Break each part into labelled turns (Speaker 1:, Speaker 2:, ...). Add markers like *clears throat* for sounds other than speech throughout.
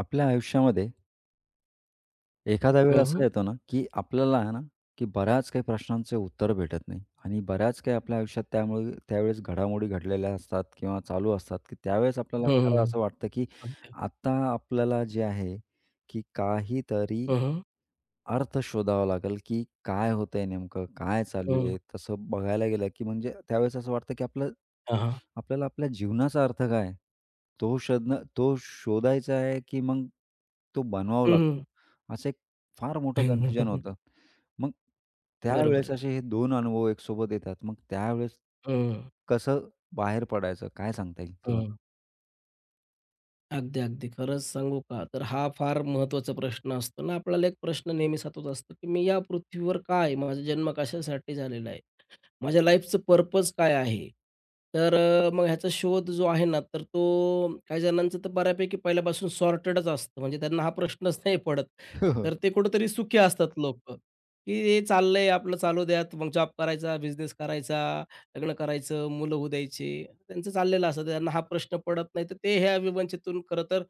Speaker 1: आपल्या आयुष्यामध्ये एखादा वेळ
Speaker 2: हं,
Speaker 1: असा
Speaker 2: हं.
Speaker 1: येतो ना, की बऱ्याच काही प्रश्नांचे उत्तर भेटत नाही आणि बऱ्याच काही आपल्या आयुष्यात त्यामुळे त्यावेळेस घडामोडी घडलेल्या असतात किंवा चालू असतात, की त्यावेळेस आपल्याला
Speaker 2: हं,
Speaker 1: खरं
Speaker 2: हं,
Speaker 1: असं वाटतं, की
Speaker 2: अगदी.
Speaker 1: आता आपल्याला जे आहे, की काहीतरी
Speaker 2: हं, हं.
Speaker 1: अर्थ शोधावा लागेल, की काय होतंय नेमकं? काय चालू
Speaker 2: हं.
Speaker 1: आहे? तसं बघायला गेलं, की म्हणजे त्यावेळेस असं वाटतं, की
Speaker 2: हां, हां.
Speaker 1: आपल्याला आपल्या जीवनाचा अर्थ काय आहे? तो शोधणं तो शोधायचा आहे, की मग तो बनवावा
Speaker 2: हं, हं.
Speaker 1: लागतो. असं एक फार मोठं कन्फ्युजन होतं. मग
Speaker 2: बरोबर
Speaker 1: त्यावेळेस
Speaker 2: आहे.
Speaker 1: असे हे 2 अनुभव एकसोबत येतात. मग त्यावेळेस
Speaker 2: हं,
Speaker 1: कसं बाहेर पडायचं? काय सांगता येईल तुला?
Speaker 2: हं. अगदी, अगदी. खरंच सांगू का, तर हा फार महत्त्वाचा प्रश्न असतो ना, आपल्याला एक प्रश्न नेहमीच हातोहात असतो, की मी या पृथ्वीवर का आहे? माझा जन्म कशासाठी झालेला आहे? माझ्या लाईफचं पर्पज काय आहे? तर मग ह्याचा शोध जो आहे ना, तर तो काही जणांचं तर बऱ्यापैकी पहिल्यापासून सॉर्टेडच असतं. म्हणजे त्यांना हा प्रश्नच नाही पडत. तर
Speaker 1: *laughs*
Speaker 2: ते कुठेतरी सुखी असतात लोकं, की हे चाललंय आपलं चालू द्यात. मग जॉब करायचा, बिझनेस करायचा, लग्न करायचं, मुलं होऊ द्यायची. त्यांचं चाललेलं असतं. त्यांना हा प्रश्न पडत नाही. तर ते ह्या विवंचेतून खरं तर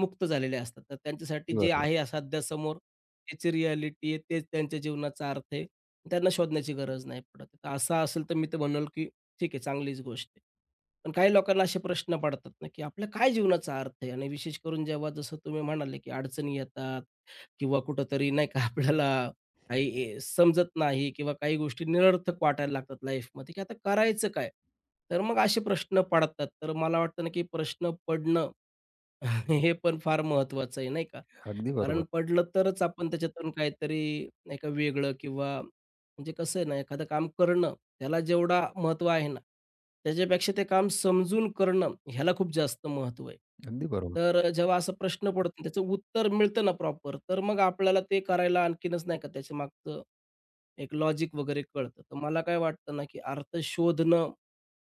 Speaker 2: मुक्त झालेले असतात. तर त्यांच्यासाठी
Speaker 1: हो,
Speaker 2: जे
Speaker 1: हो.
Speaker 2: आहे सध्या समोर त्याची रिॲलिटी आहे, तेच त्यांच्या जीवनाचा अर्थ आहे. त्यांना शोधण्याची गरज नाही पडत. तर असं असेल तर मी तर म्हणेल, की ठीक आहे चांगलीच गोष्ट आहे. पण काही लोकांना असे प्रश्न पडतात ना, की आपल्या काय जीवनाचा अर्थ आहे? आणि विशेष करून जेव्हा जसं तुम्ही म्हणाले, की अडचणी येतात किंवा कुठेतरी नाही का आपल्याला काही समजत नाही किंवा काही गोष्टी निरर्थक वाटायला लागतात लाईफमध्ये, की आता करायचं काय? तर मग असे प्रश्न पडतात. तर मला वाटतं ना, की प्रश्न पडणं *laughs* हे पण फार महत्वाचं आहे, नाही का?
Speaker 1: अगदी बरोबर. अगदी
Speaker 2: कारण
Speaker 1: बरोबर,
Speaker 2: पडलं तरच आपण त्याच्यातून काहीतरी नाही का वेगळं किंवा म्हणजे कसं आहे ना, एखादं काम करणं त्याला जेवढा महत्त्व आहे ना, त्याच्यापेक्षा ते काम समजून करणं ह्याला खूप जास्त महत्त्व आहे.
Speaker 1: अगदी बरोबर.
Speaker 2: तर जेव्हा असा प्रश्न पडतो आणि त्याचं उत्तर मिळतं ना प्रॉपर, तर मग आपल्याला ते करायला आणखीनच नाही का त्याच्यामागचं एक लॉजिक वगैरे कळतं. तर मला काय वाटतं ना, की अर्थ शोधणं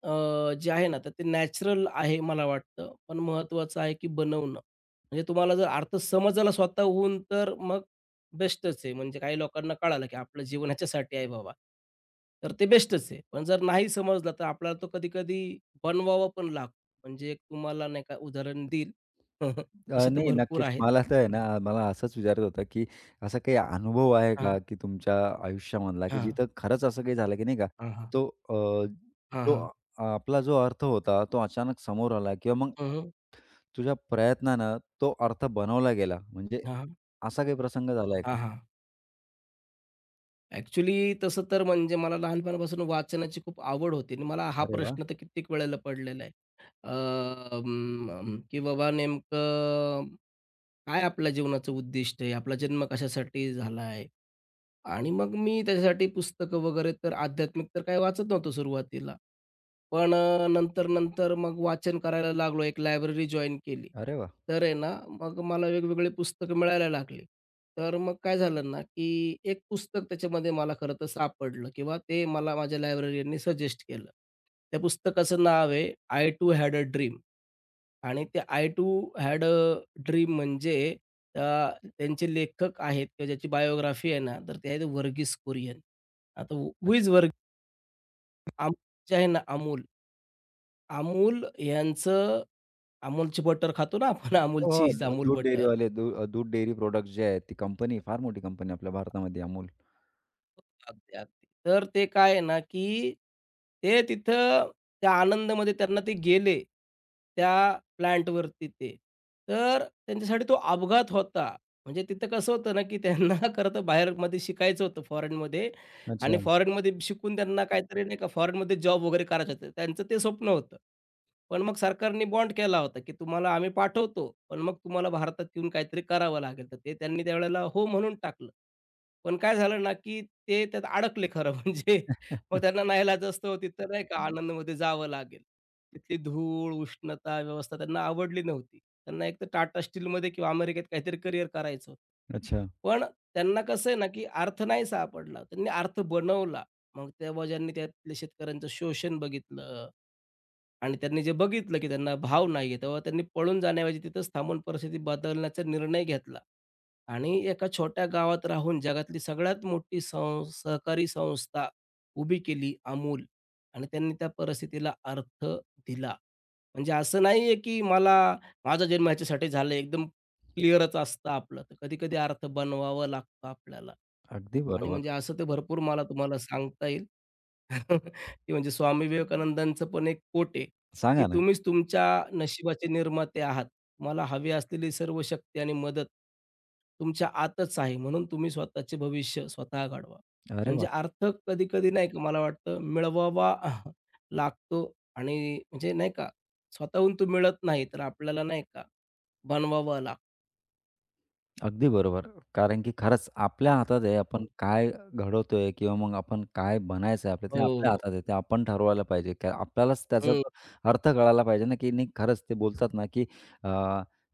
Speaker 2: जे आहे ना, तर ते नॅचरल आहे मला वाटतं. पण महत्त्वाचं आहे की बनवणं. म्हणजे तुम्हाला जर अर्थ समजला स्वतःहून तर मग बेस्टच आहे. म्हणजे काही लोकांना कळालं की आपलं जीवन ह्याच्यासाठी आहे बाबा, तर ते बेस्टच आहे. पण जर नाही समजला तर आपल्याला तो कधी-कधी बनवावा पण लागतो. म्हणजे एक तुम्हाला नाही का उदाहरण देईल. *laughs* तसे तर
Speaker 1: नाही
Speaker 2: भरपूर
Speaker 1: नक्कीच.
Speaker 2: आहेत.
Speaker 1: मला तर आहे
Speaker 2: हं.
Speaker 1: ना, मला असंच विचारायचं होतं, की असा काही अनुभव आहे
Speaker 2: हां,
Speaker 1: का, की तुमच्या आयुष्यामधला, की
Speaker 2: हां,
Speaker 1: जिथं खरंच असं काही झालं, की नाही का,
Speaker 2: हां, हां,
Speaker 1: तो अ,
Speaker 2: हां,
Speaker 1: तो
Speaker 2: हां.
Speaker 1: अ- आपला जो अर्थ होता, तो अचानक समोर आला किंवा मग
Speaker 2: हं, हं.
Speaker 1: तुझ्या प्रयत्नानं तो अर्थ बनवला गेला. म्हणजे असा काही प्रसंग झालाय का?
Speaker 2: ॲक्च्युली तसं तर म्हणजे मला लहानपणापासून वाचनाची खूप आवड होती आणि मला हा
Speaker 1: अरे वाह!
Speaker 2: प्रश्न तर कित्येक वेळेला पडलेला आहे. अं, अं, की बाबा नेमकं काय आपल्या जीवनाचं उद्दिष्ट आहे? आपला जन्म कशासाठी झाला आहे? आणि मग मी त्याच्यासाठी पुस्तकं वगैरे तर आध्यात्मिक तर काही वाचत नव्हतो सुरुवातीला. पण नंतर-नंतर मग वाचन करायला लागलो. एक लायब्ररी जॉइन केली.
Speaker 1: अरे वाह!
Speaker 2: तर आहे ना, मग मला वेगवेगळे पुस्तकं मिळायला लागली. तर मग काय झालं ना, की एक पुस्तक त्याच्यामध्ये मला खरं तर सापडलं किंवा ते मला माझ्या लायब्ररीयननी सजेस्ट केलं. त्या पुस्तकाचं नाव आहे I too had a dream आणि ते I too had a dream म्हणजे अ, त्यांचे लेखक आहेत किंवा ज्याची बायोग्राफी आहे ना, तर ते आहेत व्हर्गीस कुरियन. आता हू इज
Speaker 1: अच्छा.
Speaker 2: व्हर्गीस? जे आहे ना अमूल. Amul यांचं Amulची बटर खातो ना आपण
Speaker 1: हो, हो.
Speaker 2: Amulचीज, Amul
Speaker 1: दूध
Speaker 2: बटर.
Speaker 1: डेअरीवाले, दूध डेअरी प्रॉडक्ट्स जे आहेत, ती कंपनी फार मोठी कंपनी आपल्या भारतामध्ये, अमूल.
Speaker 2: अगदी, अगदी. तर ते काय आहे ना, की ते तिथं त्या आनंदमध्ये त्यांना ते गेले, त्या प्लॅंटवरती ते. तर त्यांच्यासाठी तो अपघात होता. म्हणजे तिथं कसं होतं ना, की त्यांना *laughs* खरं तर बाहेरमध्ये शिकायचं होतं फॉरेनमध्ये आणि
Speaker 1: अच्छा.
Speaker 2: फॉरेनमध्ये शिकून त्यांना काहीतरी नाही का फॉरेनमध्ये जॉब वगैरे करायचं होतं. त्यांचं ते स्वप्न होतं. पण मग सरकारने बॉन्ड केला होता, की तुम्हाला आम्ही पाठवतो, पण मग तुम्हाला भारतात येऊन काहीतरी करावं लागेल. तर ते त्यांनी त्यावेळेला हो म्हणून टाकलं. पण काय झालं ना, की ते त्यात अडकले खरं *laughs* म्हणजे. मग
Speaker 1: *laughs*
Speaker 2: त्यांना नाईलाजास्तव तिथं नाही का आनंदमध्ये जावं लागेल. तिथली धूळ, उष्णता, व्यवस्था त्यांना आवडली नव्हती. त्यांना एक तर टाटा स्टीलमध्ये किंवा अमेरिकेत काहीतरी करिअर करायचं होतं.
Speaker 1: अच्छा.
Speaker 2: पण त्यांना कसं आहे ना, की अर्थ नाही सापडला. त्यांनी अर्थ बनवला. मग तेव्हा ज्यांनी त्यातल्या शेतकऱ्यांचं शोषण बघितलं आणि त्यांनी जे बघितलं, की त्यांना भाव नाही आहे, तेव्हा त्यांनी पळून जाण्याऐवजी तिथंच थांबून परिस्थिती बदलण्याचा निर्णय घेतला. आणि एका छोट्या गावात राहून जगातली सगळ्यात मोठी सहकारी संस्था उभी केली अमूल आणि त्यांनी त्या परिस्थितीला अर्थ दिला. म्हणजे असं नाहीये, की मला माझा जन्म ह्याच्यासाठी झाला एकदम क्लिअरच असतं आपलं. तर कधी-कधी अर्थ बनवावा लागतो आपल्याला.
Speaker 1: अगदी
Speaker 2: आणि
Speaker 1: बरोबर.
Speaker 2: म्हणजे असं ते भरपूर मला तुम्हाला सांगता येईल, *laughs* की म्हणजे स्वामी विवेकानंदांचं पण एक कोट आहे, की
Speaker 1: सांगा ना.
Speaker 2: तुम्हीच तुमच्या नशिबाचे निर्माते आहात. तुम्हाला हवी असलेली सर्व शक्ती आणि मदत तुमच्या आतच आहे. म्हणून तुम्ही स्वतःचे भविष्य स्वतः घडवा.
Speaker 1: अरे
Speaker 2: म्हणजे
Speaker 1: वाह!
Speaker 2: अर्थ कधी-कधी नाही का मला वाटतं मिळवावा *laughs* लागतो आणि म्हणजे नाही का स्वतःहून तो मिळत नाही, तर आपल्याला नाही का बनवावा लागतो.
Speaker 1: अगदी बरोबर. कारण की खरंच आपल्या हातात आहे, आपण काय घडवतोय किंवा मग आपण काय बनायचं आहे ते आपल्या
Speaker 2: हो,
Speaker 1: हातात आहे. ते आपण ठरवायला पाहिजे. का आपल्यालाच त्याचा
Speaker 2: हं.
Speaker 1: तो अर्थ कळायला पाहिजे ना, की नाही खरंच ते बोलतात ना, की अ,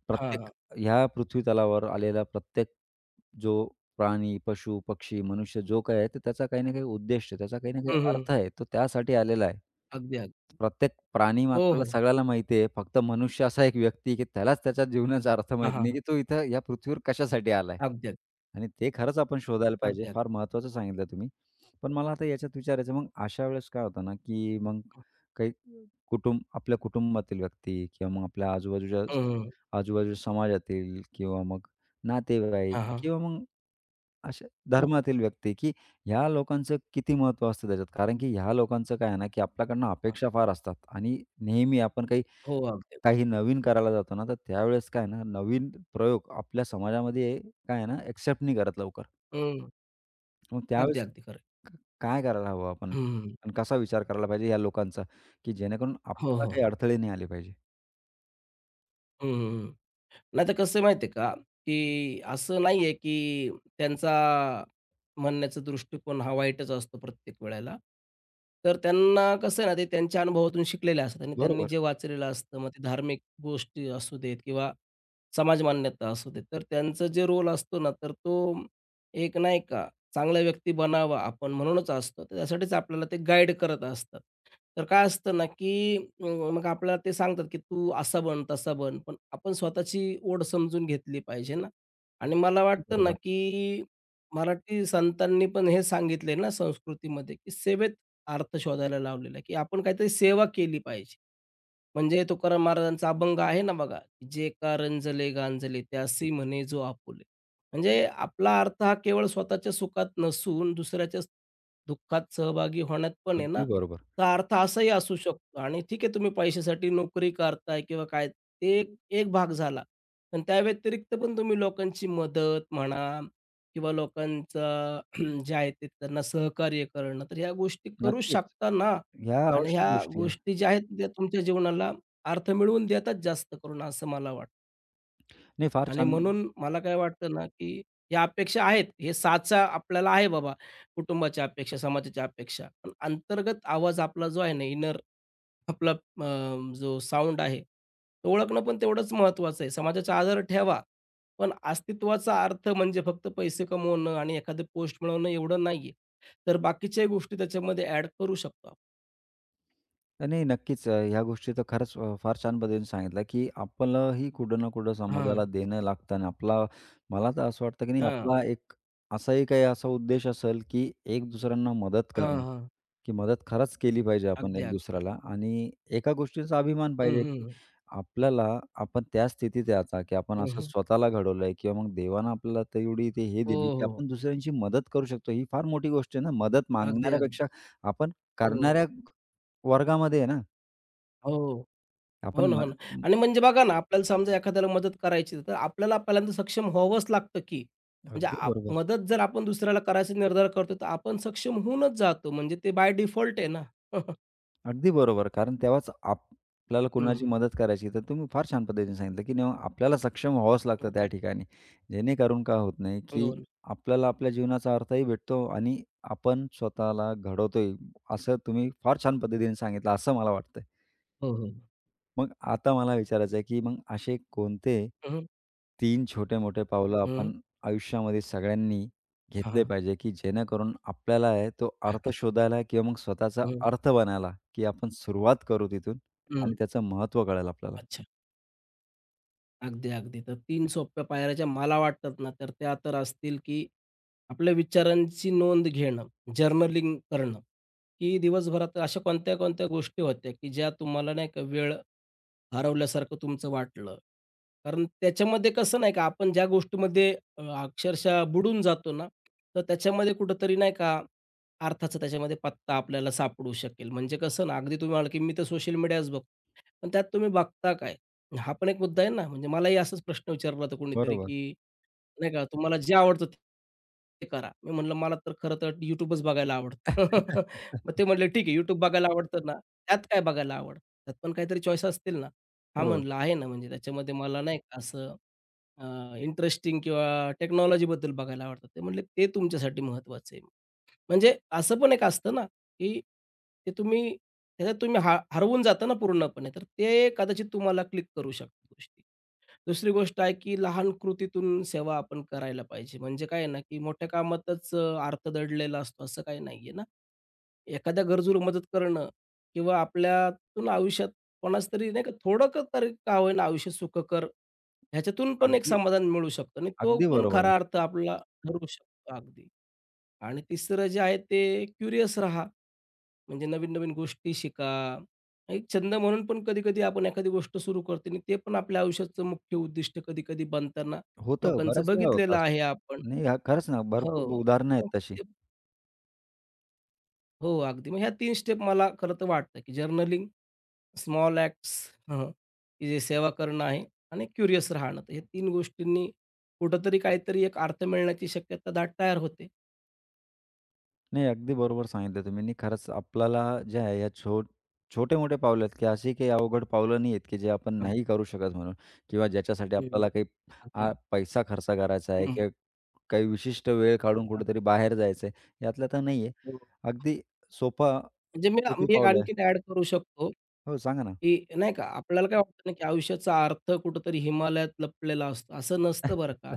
Speaker 1: प्रत्येक
Speaker 2: हां.
Speaker 1: ह्या पृथ्वीतलावर आलेला प्रत्येक जो प्राणी, पशु, पक्षी, मनुष्य जो काही आहे, तर त्याचा काही ना काही उद्देश आहे, त्याचा काही ना काही
Speaker 2: हं, हं.
Speaker 1: अर्थ आहे. तो त्यासाठी आलेला आहे.
Speaker 2: अगदी, अगदी.
Speaker 1: प्रत्येक प्राणी
Speaker 2: हो,
Speaker 1: मात्राला
Speaker 2: हो.
Speaker 1: सगळ्याला माहिती आहे. फक्त मनुष्य असा एक व्यक्ती आहे, की त्यालाच त्याच्या जीवनाचा अर्थ
Speaker 2: हां,
Speaker 1: माहीत
Speaker 2: हां.
Speaker 1: नाही, की तो इथं या पृथ्वीवर कशासाठी आलाय.
Speaker 2: अगदी,
Speaker 1: आणि ते खरंच आपण शोधायला पाहिजे.
Speaker 2: अगदी, अगदी.
Speaker 1: फार महत्त्वाचं सांगितलं तुम्ही. पण मला आता याच्यात विचारायचं मग अशा वेळेस काय होतं ना, की मग काही आपल्या कुटुंबातील व्यक्ती किंवा मग आपल्या आजूबाजूच्या
Speaker 2: हं, हं.
Speaker 1: आजूबाजूच्या समाजातील किंवा मग नातेवाईक
Speaker 2: हां, हां.
Speaker 1: किंवा मग अशा
Speaker 2: मग
Speaker 1: धर्मातील व्यक्ती, की ह्या लोकांचं किती महत्त्व असतं त्याच्यात. कारण की ह्या लोकांचं काय आहे ना, की आपल्याकडनं
Speaker 2: हां.
Speaker 1: अपेक्षा फार असतात आणि नेहमी आपण काही
Speaker 2: हो, अगदी.
Speaker 1: काही नवीन करायला जातो ना, तर त्यावेळेस काय आहे ना, नवीन प्रयोग आपल्या समाजामध्ये काय आहे ना, एक्सेप्ट नाही करत लवकर.
Speaker 2: हं.
Speaker 1: मग
Speaker 2: अगदी,
Speaker 1: त्यावेळेस
Speaker 2: अगदी खरं आहे.
Speaker 1: काय करायला हवं आपण
Speaker 2: हं.
Speaker 1: आणि कसा विचार करायला पाहिजे या लोकांचा, की जेणेकरून
Speaker 2: हो,
Speaker 1: आपल्याला
Speaker 2: हो.
Speaker 1: काही अडथळे नाही आले पाहिजे.
Speaker 2: हं, हं. हं. नाहीतर कसं आहे माहिती आहे का, की असं नाहीये की त्यांचा म्हणण्याचा दृष्टिकोन हा वाईटच असतो प्रत्येक वेळेला. तर त्यांना कसं आहे ना, ते त्यांच्या अनुभवातून शिकलेले असतात आणि त्यांनी
Speaker 1: बरोबर,
Speaker 2: जे वाचलेलं असतं, मग ते धार्मिक गोष्टी असू देत किंवा समाज मान्यता असू देत, तर त्यांचा जे रोल असतो ना, तर तो एक नाही का चांगला व्यक्ती बनावा आपण म्हणूनच असतो. तर त्यासाठीच आपल्याला ते गाईड करत असतात. तर काय असतं ना, की अ, मग आपल्याला ते सांगतात, की "तू असा बन, तसा बन." पण आपण स्वतःची ओढ समजून घेतली पाहिजे ना. आणि मला
Speaker 1: अगदी
Speaker 2: वाटतं ना,
Speaker 1: बरोबर.
Speaker 2: की मराठी संतांनी पण हे सांगितलंय ना संस्कृतीमध्ये, की सेवेत अर्थ शोधायला लावलेला आहे, की आपण काहीतरी सेवा केली पाहिजे. म्हणजे तुकाराम महाराजांचा अभंग आहे ना बघा, "जे कारंजले गांजले त्यासी म्हणे जो आपुले." म्हणजे आपला अर्थ हा केवळ स्वतःच्या सुखात नसून दुसऱ्याच्या दुःखात सहभागी होण्यात पण आहे ना,
Speaker 1: अगदी बरोबर.
Speaker 2: तर अर्थ असाही असू शकतो आणि ठीक आहे तुम्ही पैशासाठी नोकरी करताय किंवा काय ते एक एक भाग झाला. पण त्या व्यतिरिक्त पण तुम्ही लोकांची मदत म्हणा किंवा लोकांचं *clears throat* जे आहे ते त्यांना सहकार्य करणं, तर ह्या गोष्टी करू
Speaker 1: नक्कीच.
Speaker 2: शकता ना.
Speaker 1: ह्या
Speaker 2: आणि
Speaker 1: आवश्यक
Speaker 2: ह्या
Speaker 1: गोष्टी आहे.
Speaker 2: गोष्टी ज्या आहेत त्या तुमच्या जीवनाला अर्थ मिळवून देतात जास्त करून असं मला वाटतं
Speaker 1: नाही फार
Speaker 2: आणि
Speaker 1: छान.
Speaker 2: म्हणून मला काय वाटतं ना, की या अपेक्षा आहेत. हे साचा आपल्याला आहे बाबा कुटुंबाच्या अपेक्षा, समाजाच्या अपेक्षा. पण अंतर्गत आवाज आपला जो आहे ना इनर आपला जो साउंड आहे, तो ओळखणं पण तेवढंच महत्त्वाचं आहे. समाजाचा आदर ठेवा, पण अस्तित्वाचा अर्थ म्हणजे फक्त पैसे कमवणं आणि एखादं पोस्ट मिळवणं एवढं नाहीये. तर बाकीच्याही गोष्टी त्याच्यामध्ये ॲड करू शकतो आपण.
Speaker 1: नाही, नक्कीच. ह्या गोष्टी तर खरंच फार छान पद्धतीने सांगितल्या, की आपल्यालाही कुठं ना कुठं
Speaker 2: हां,
Speaker 1: समाजाला देणं लागतं आणि मला तर असं वाटतं, की नाही
Speaker 2: हां.
Speaker 1: आपला एक असाही काही असा उद्देश असेल, की एक दुसऱ्यांना मदत
Speaker 2: हां,
Speaker 1: करणं,
Speaker 2: हां.
Speaker 1: की मदत खरंच केली पाहिजे आपण
Speaker 2: अगदी,
Speaker 1: एक
Speaker 2: अगदी.
Speaker 1: दुसऱ्याला आणि एका गोष्टीचा अभिमान
Speaker 2: हं,
Speaker 1: पाहिजे, की
Speaker 2: हं.
Speaker 1: आपल्याला आपण त्या स्थितीत आहे आता, की आपण
Speaker 2: हं,
Speaker 1: असं
Speaker 2: हं.
Speaker 1: स्वतःला घडवलंय किंवा मग देवानं आपल्याला तेवढी ते हे
Speaker 2: हो,
Speaker 1: दिली, की
Speaker 2: हो.
Speaker 1: आपण दुसऱ्यांची मदत करू शकतो. ही फार मोठी गोष्ट आहे ना. मदत
Speaker 2: अगदी, अगदी.
Speaker 1: मागणाऱ्यापेक्षा आपण करणाऱ्या
Speaker 2: हो.
Speaker 1: वर्गामध्ये आहे ना.
Speaker 2: हो. हो
Speaker 1: आपण
Speaker 2: ना,
Speaker 1: म
Speaker 2: हो ना.
Speaker 1: अं,
Speaker 2: आणि म्हणजे बघा ना, आपल्याला समजा एखाद्याला मदत करायची आहे, तर आपल्याला पहिल्यांदा सक्षम व्हावंच लागतं की. म्हणजे
Speaker 1: अगदी बरोबर,
Speaker 2: मदत जर आपण दुसऱ्याला करायचा निर्धार करतो, तर आपण सक्षम होऊनच जातो. म्हणजे ते बाय डिफॉल्ट आहे ना. हं,
Speaker 1: अगदी बरोबर. कारण तेव्हाच आपल्याला
Speaker 2: हं.
Speaker 1: कोणाची मदत करायची, तर तुम्ही फार छान पद्धतीने सांगितलं, की नेव्हा आपल्याला सक्षम व्हावंच लागतं त्या ठिकाणी. जेणेकरून काय होत नाही, की
Speaker 2: हो ना.
Speaker 1: आपल्याला आपल्या जीवनाचा अर्थही भेटतो आणि आपण स्वतःला घडवतोय, असं तुम्ही फार छान पद्धतीने सांगितलं, असं मला वाटतं.
Speaker 2: हो, हो.
Speaker 1: मग आता मला विचारायचं आहे, की मग असे कोणते
Speaker 2: हं,
Speaker 1: तीन छोटे-मोठे पावलं
Speaker 2: हं.
Speaker 1: आपण आयुष्यामध्ये सगळ्यांनी
Speaker 2: हां,
Speaker 1: घेतले
Speaker 2: हां.
Speaker 1: पाहिजे, की जेणेकरून आपल्याला आहे तो अर्थ शोधायला किंवा मग स्वतःचा
Speaker 2: हं,
Speaker 1: अर्थ बनायला, की आपण सुरुवात करू तिथून
Speaker 2: हं.
Speaker 1: आणि त्याचं महत्त्व कळेल आपल्याला.
Speaker 2: अच्छा. अगदी, अगदी. तर तीन सोप्या पायऱ्या ज्या मला वाटतात ना, तर त्या तर असतील की आपल्या विचारांची नोंद घेणं, जर्नलिंग करणं, की दिवसभरात अशा कोणत्या-कोणत्या गोष्टी होत्या, की ज्या तुम्हाला नाही का वेळ हरवल्यासारखं तुमचं वाटलं? कारण त्याच्यामध्ये कसं नाही का आपण ज्या गोष्टीमध्ये अक्षरशः बुडून जातो ना, तर त्याच्यामध्ये कुठेतरी नाही का अर्थाचा त्याच्यामध्ये पत्ता आपल्याला सापडू शकेल. म्हणजे कसं ना, अगदी तुम्ही म्हणाल, की मी तर सोशल मीडियाच बघतो. पण त्यात तुम्ही बघता काय? हा पण एक मुद्दा आहे ना. म्हणजे मलाही असाच प्रश्न विचारला होता कोणीतरी,
Speaker 1: बरोबर.
Speaker 2: की नाही का, तुम्हाला जे आवडतं ते करा. मी म्हटलं, "मला तर खरं तर YouTubeच बघायला आवडतं." *laughs*
Speaker 1: *laughs*
Speaker 2: मग ते म्हटले, "ठीक आहे, YouTube बघायला आवडतं ना, त्यात काय बघायला आवडतं? त्यात पण काहीतरी चॉईस असतील ना?" हां,
Speaker 1: हो.
Speaker 2: म्हणलं, "आहे ना, म्हणजे त्याच्यामध्ये मला नाही का असं इंटरेस्टिंग किंवा टेक्नॉलॉजीबद्दल बघायला आवडतं." ते म्हटले, "ते तुमच्यासाठी महत्त्वाचं आहे." म्हणजे असं पण एक असतं ना, की ते तुम्ही त्याच्यात तुम्ही हा हरवून जाता ना पूर्णपणे, तर ते कदाचित तुम्हाला क्लिक करू शकतात गोष्टी. दुसरी गोष्ट आहे, की लहान कृतीतून सेवा आपण करायला पाहिजे. म्हणजे काय आहे ना, की मोठ्या कामातच अर्थ दडलेला असतो असं काही नाहीये ना. एखाद्या गरजूला मदत करणं किंवा आपल्यातून आयुष्यात कोणाचं तरी नाही का थोडं तरी का होईना आयुष्य सुखकर ह्याच्यातून पण एक
Speaker 1: अगदी
Speaker 2: समाधान मिळू शकतं आणि तो
Speaker 1: अगदी
Speaker 2: पण
Speaker 1: बरोबर आहे.
Speaker 2: खरा अर्थ आपला ठरू शकतो. अगदी. आणि तिसरं जे आहे ते क्युरियस राहा. म्हणजे नवीन-नवीन गोष्टी शिका. एक छंद म्हणून पण कधी-कधी आपण एखादी गोष्ट सुरू करतो आणि ते पण आपल्या आयुष्याचं मुख्य उद्दिष्ट कधी-कधी बनताना
Speaker 1: होतं
Speaker 2: लोकांचं
Speaker 1: बऱ्याच वेळा होतं
Speaker 2: बघितलेलं
Speaker 1: असं.
Speaker 2: आहे आपण.
Speaker 1: नाही, हा खरंच ना,
Speaker 2: हो.
Speaker 1: भरपूर उदाहरणं आहेत तशी.
Speaker 2: हो, अगदी. मग ह्या तीन स्टेप मला खरं तर वाटतं, की जर्नलिंग, स्मॉल ॲक्ट्स की जे सेवा करणं आहे आणि क्युरियस राहणं. तर हे 3 गोष्टींनी कुठेतरी काहीतरी एक अर्थ मिळण्याची शक्यता दाट तयार होते.
Speaker 1: नाही, अगदी बरोबर सांगितलं तुम्ही. आणि खरंच आपल्याला जे आहे या छोटे-मोठे पावलं आहेत, की अशी काही अवघड पावलं नाही आहेत, की जे आपण नाही करू शकत म्हणून किंवा ज्याच्यासाठी
Speaker 2: ओके.
Speaker 1: आपल्याला काही
Speaker 2: अगदी.
Speaker 1: पैसा खर्च करायचा आहे
Speaker 2: हं,
Speaker 1: किंवा काही विशिष्ट वेळ काढून कुठेतरी बाहेर जायचं आहे, यातलं तर नाही आहे.
Speaker 2: हं.
Speaker 1: अगदी सोपा
Speaker 2: म्हणजे मी
Speaker 1: सोपी
Speaker 2: मी एक
Speaker 1: पावलं आहे.
Speaker 2: आणखीन ॲड करू शकतो,
Speaker 1: हो, सांगा ना.
Speaker 2: की नाही का, आपल्याला काय वाटतं ना, की आयुष्याचा अर्थ कुठेतरी हिमालयात लपलेला असतो. असं नसतं बरं का.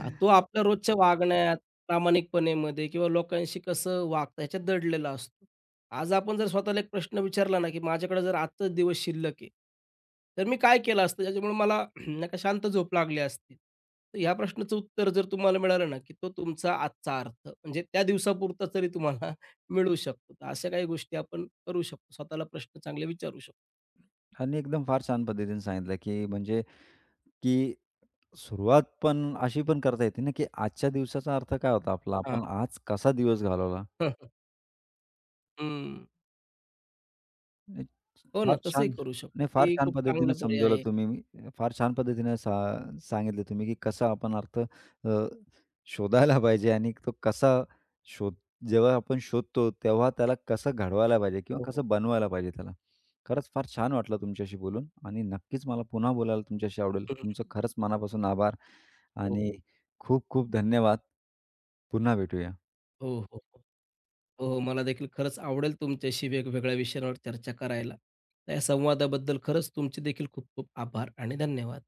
Speaker 2: हां, तो आपल्या रोजच्या वागण्यात, प्रामाणिकपणेमध्ये किंवा लोकांशी कसं वागता ह्याच्यात दडलेला असतो. आज आपण जर स्वतःला एक प्रश्न विचारला ना, की माझ्याकडे जर आजचा दिवस शिल्लक आहे, तर मी काय केलं असतं ज्याच्यामुळे मला *clears throat* नाही का शांत झोप लागली असती. तर ह्या प्रश्नाचं उत्तर जर तुम्हाला मिळालं ना, की तो तुमचा आजचा अर्थ म्हणजे त्या दिवसापुरता तरी तुम्हाला मिळू शकतो. तर अशा काही गोष्टी आपण करू शकतो. स्वतःला प्रश्न चांगले विचारू शकतो.
Speaker 1: आणि एकदम फार छान पद्धतीने सांगितलं, की म्हणजे की सुरुवात पण अशी पण करता येते ना, की आजच्या दिवसाचा अर्थ काय होता आपला?
Speaker 2: हां.
Speaker 1: आपण आज कसा दिवस घालवला?
Speaker 2: हं.
Speaker 1: नाही,
Speaker 2: हो ना,
Speaker 1: फार
Speaker 2: तसंही
Speaker 1: छान.
Speaker 2: करू शकतो.
Speaker 1: नाही, फार
Speaker 2: तेही
Speaker 1: छान
Speaker 2: खूप चांगला
Speaker 1: पद्धतीने
Speaker 2: पर्याय
Speaker 1: समजवलं
Speaker 2: आहे.
Speaker 1: तुम्ही. फार छान पद्धतीने सा सांगितलं तुम्ही, की कसा आपण अर्थ शोधायला पाहिजे आणि तो कसा शोध जेव्हा आपण शोधतो, तेव्हा त्याला कसं घडवायला पाहिजे किंवा
Speaker 2: हो, हो.
Speaker 1: कसं बनवायला पाहिजे त्याला. खरंच फार छान वाटलं तुमच्याशी बोलून आणि नक्कीच मला पुन्हा बोलायला तुमच्याशी आवडेल.
Speaker 2: हं.
Speaker 1: तुमचं खरंच मनापासून आभार
Speaker 2: हो,
Speaker 1: आणि
Speaker 2: हो.
Speaker 1: खूप खूप धन्यवाद. पुन्हा भेटूया.
Speaker 2: हो, हो, हो. हो, हो. मला देखील खरंच आवडेल तुमच्याशी वेगवेगळ्या विषयांवर चर्चा करायला. तर या संवादाबद्दल खरंच तुमचे देखील खूप खूप आभार आणि धन्यवाद.